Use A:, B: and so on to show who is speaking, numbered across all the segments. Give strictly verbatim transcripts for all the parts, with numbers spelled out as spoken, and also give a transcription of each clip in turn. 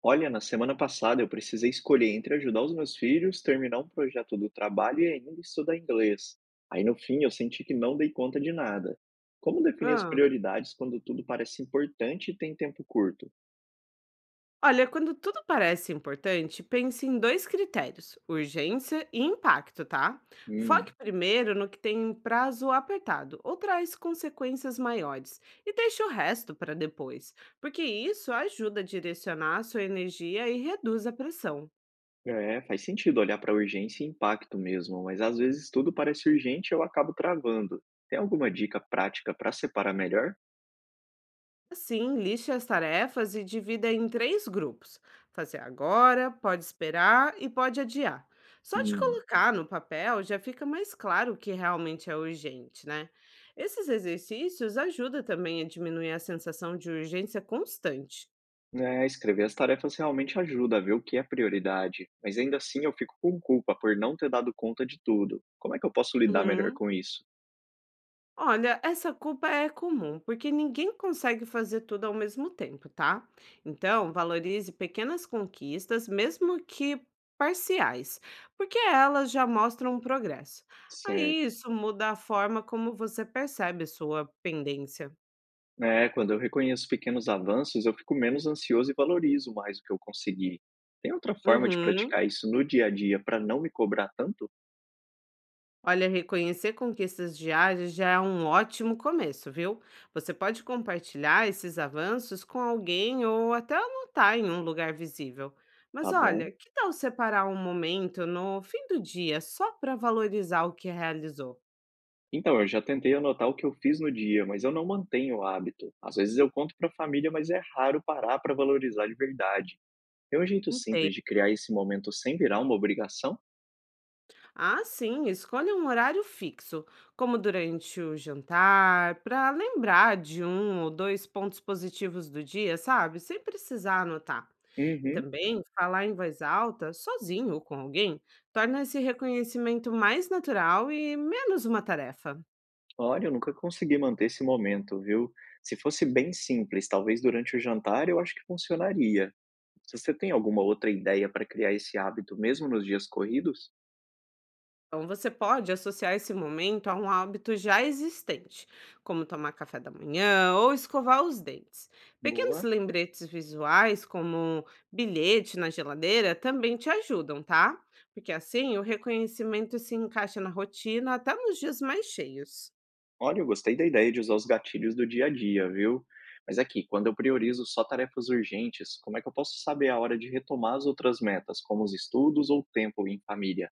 A: Olha, na semana passada eu precisei escolher entre ajudar os meus filhos, terminar um projeto do trabalho e ainda estudar inglês. Aí no fim eu senti que não dei conta de nada. Como definir as
B: Ah.
A: prioridades quando tudo parece importante e tem tempo curto?
B: Olha, quando tudo parece importante, pense em dois critérios: urgência e impacto, tá? Foque
A: Hum,
B: primeiro no que tem prazo apertado ou traz consequências maiores e deixe o resto para depois, porque isso ajuda a direcionar a sua energia e reduz a pressão.
A: é, faz sentido olhar para urgência e impacto mesmo, mas às vezes tudo parece urgente e eu acabo travando. Tem alguma dica prática para separar melhor?
B: Assim, liste as tarefas e divida em três grupos. Fazer agora, pode esperar e pode adiar. Só de
A: Hum.
B: colocar no papel já fica mais claro o que realmente é urgente, né? Esses exercícios ajudam também a diminuir a sensação de urgência constante.
A: É, escrever as tarefas realmente ajuda a ver o que é prioridade, mas ainda assim eu fico com culpa por não ter dado conta de tudo. Como é que eu posso lidar melhor
B: Uhum.
A: com isso?
B: Olha, essa culpa é comum, porque ninguém consegue fazer tudo ao mesmo tempo, tá? Então, valorize pequenas conquistas, mesmo que parciais, porque elas já mostram um progresso.
A: Certo.
B: Aí isso muda a forma como você percebe sua pendência.
A: É, quando eu reconheço pequenos avanços, eu fico menos ansioso e valorizo mais o que eu consegui. Tem outra forma de
B: Uhum.
A: praticar isso no dia a dia para não me cobrar tanto?
B: Olha, reconhecer conquistas diárias já é um ótimo começo, viu? Você pode compartilhar esses avanços com alguém ou até anotar em um lugar visível. Mas
A: Tá bom.
B: olha, que tal separar um momento no fim do dia só para valorizar o que realizou?
A: Então, eu já tentei anotar o que eu fiz no dia, mas eu não mantenho o hábito. Às vezes eu conto para a família, mas é raro parar para valorizar de verdade. Tem um jeito
B: Entende?
A: simples de criar esse momento sem virar uma obrigação?
B: Ah, sim, escolha um horário fixo, como durante o jantar, para lembrar de um ou dois pontos positivos do dia, sabe? Sem precisar anotar. E
A: Uhum.
B: também falar em voz alta, sozinho ou com alguém, torna esse reconhecimento mais natural e menos uma tarefa.
A: Olha, eu nunca consegui manter esse momento, viu. Se fosse bem simples, talvez durante o jantar, eu acho que funcionaria. Você tem alguma outra ideia para criar esse hábito mesmo nos dias corridos?
B: Então, você pode associar esse momento a um hábito já existente, como tomar café da manhã ou escovar os dentes. Pequenos
A: Boa.
B: lembretes visuais, como bilhete na geladeira, também te ajudam, tá? Porque assim o reconhecimento se encaixa na rotina até nos dias mais cheios.
A: Olha, eu gostei da ideia de usar os gatilhos do dia a dia, viu. Mas aqui, quando eu priorizo só tarefas urgentes, como é que eu posso saber a hora de retomar as outras metas, como os estudos ou o tempo em família?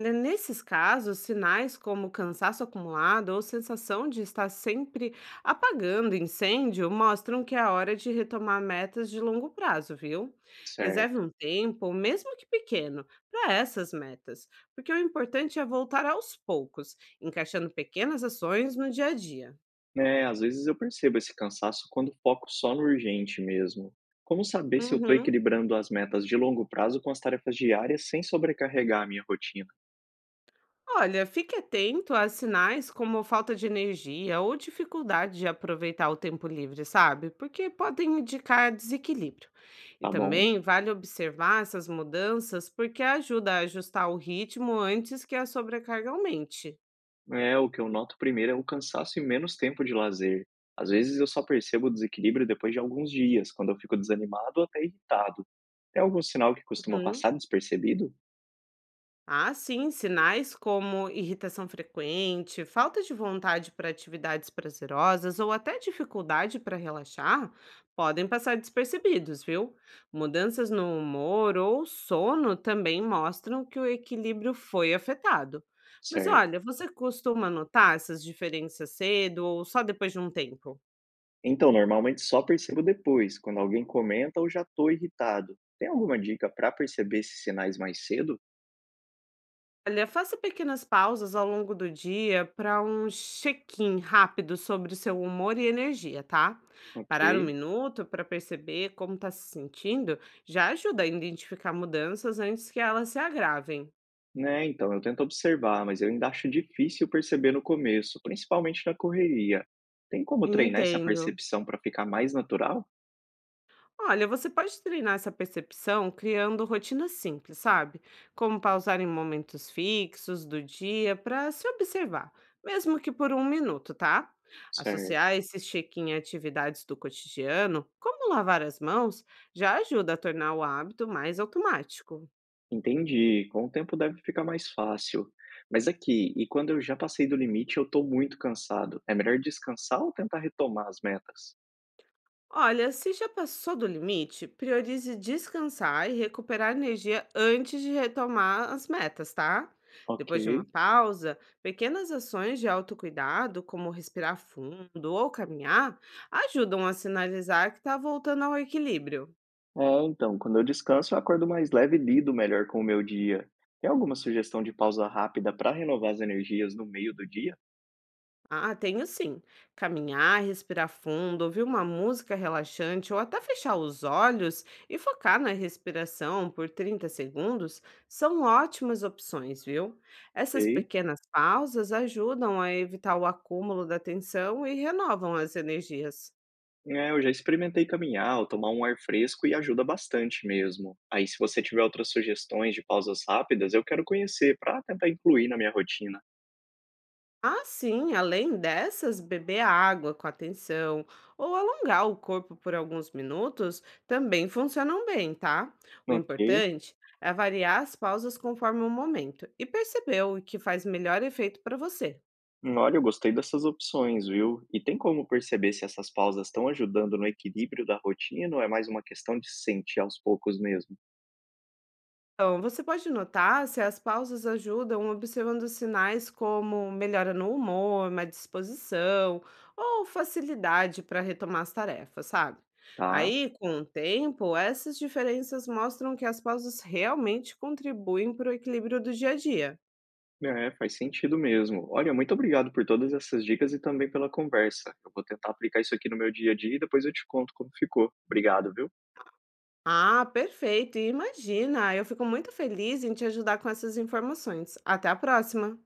B: Né, nesses casos, sinais como cansaço acumulado ou sensação de estar sempre apagando incêndio mostram que é a hora de retomar metas de longo prazo, viu? Reserve
A: Certo.
B: um tempo, mesmo que pequeno, para essas metas, porque o importante é voltar aos poucos, encaixando pequenas ações no dia a dia.
A: É, às vezes eu percebo esse cansaço quando foco só no urgente mesmo. Como saber se eu estou
B: Uhum.
A: equilibrando as metas de longo prazo com as tarefas diárias sem sobrecarregar a minha rotina?
B: Olha, fique atento a sinais como falta de energia ou dificuldade de aproveitar o tempo livre, sabe? Porque podem indicar desequilíbrio. E
A: Tá bom?
B: também vale observar essas mudanças porque ajuda a ajustar o ritmo antes que a sobrecarga aumente.
A: É, o que eu noto primeiro é o cansaço e menos tempo de lazer. Às vezes eu só percebo o desequilíbrio depois de alguns dias, quando eu fico desanimado ou até irritado. Tem algum sinal que costuma
B: Uhum.
A: passar despercebido?
B: Ah, sim, sinais como irritação frequente, falta de vontade para atividades prazerosas ou até dificuldade para relaxar podem passar despercebidos, viu? Mudanças no humor ou sono também mostram que o equilíbrio foi afetado. Mas
A: Certo.
B: olha, você costuma notar essas diferenças cedo ou só depois de um tempo?
A: Então, normalmente só percebo depois, quando alguém comenta ou já estou irritado. Tem alguma dica para perceber esses sinais mais cedo?
B: Olha, faça pequenas pausas ao longo do dia para um check-in rápido sobre o seu humor e energia, tá? Parar um
A: Ok.
B: minuto para perceber como está se sentindo já ajuda a identificar mudanças antes que elas se agravem.
A: Né, então, eu tento observar, mas eu ainda acho difícil perceber no começo, principalmente na correria. Tem como treinar essa
B: Entendo.
A: percepção para ficar mais natural?
B: Olha, você pode treinar essa percepção criando rotinas simples, sabe? Como pausar em momentos fixos do dia para se observar, mesmo que por um minuto, tá?
A: Certo.
B: Associar esse check-in a atividades do cotidiano, como lavar as mãos, já ajuda a tornar o hábito mais automático.
A: Entendi. Com o tempo deve ficar mais fácil. Mas aqui, e quando eu já passei do limite, eu estou muito cansado. É melhor descansar ou tentar retomar as metas?
B: Olha, se já passou do limite, priorize descansar e recuperar energia antes de retomar as metas, tá?
A: Ok.
B: Depois de uma pausa, pequenas ações de autocuidado, como respirar fundo ou caminhar, ajudam a sinalizar que está voltando ao equilíbrio.
A: É, então, quando eu descanso, eu acordo mais leve e lido melhor com o meu dia. Tem alguma sugestão de pausa rápida para renovar as energias no meio do dia?
B: Ah, tenho sim. Caminhar, respirar fundo, ouvir uma música relaxante ou até fechar os olhos e focar na respiração por trinta segundos são ótimas opções, viu? Essas
A: Ok.
B: pequenas pausas ajudam a evitar o acúmulo da tensão e renovam as energias.
A: É, eu já experimentei caminhar ou tomar um ar fresco e ajuda bastante mesmo. Aí, se você tiver outras sugestões de pausas rápidas, eu quero conhecer para tentar incluir na minha rotina.
B: Ah, sim, além dessas, beber água com atenção ou alongar o corpo por alguns minutos também funcionam bem, tá? O
A: Ok.
B: importante é variar as pausas conforme o momento e perceber o que faz melhor efeito para você.
A: Hum, olha, eu gostei dessas opções, viu? E tem como perceber se essas pausas estão ajudando no equilíbrio da rotina ou é mais uma questão de se sentir aos poucos mesmo?
B: Então, você pode notar se as pausas ajudam observando sinais como melhora no humor, má disposição ou facilidade para retomar as tarefas, sabe?
A: Tá?
B: Aí, com o tempo, essas diferenças mostram que as pausas realmente contribuem para o equilíbrio do dia a dia.
A: É, faz sentido mesmo. Olha, muito obrigado por todas essas dicas e também pela conversa. Eu vou tentar aplicar isso aqui no meu dia a dia e depois eu te conto como ficou. Obrigado, viu?
B: Ah, perfeito! E imagina, eu fico muito feliz em te ajudar com essas informações. Até a próxima!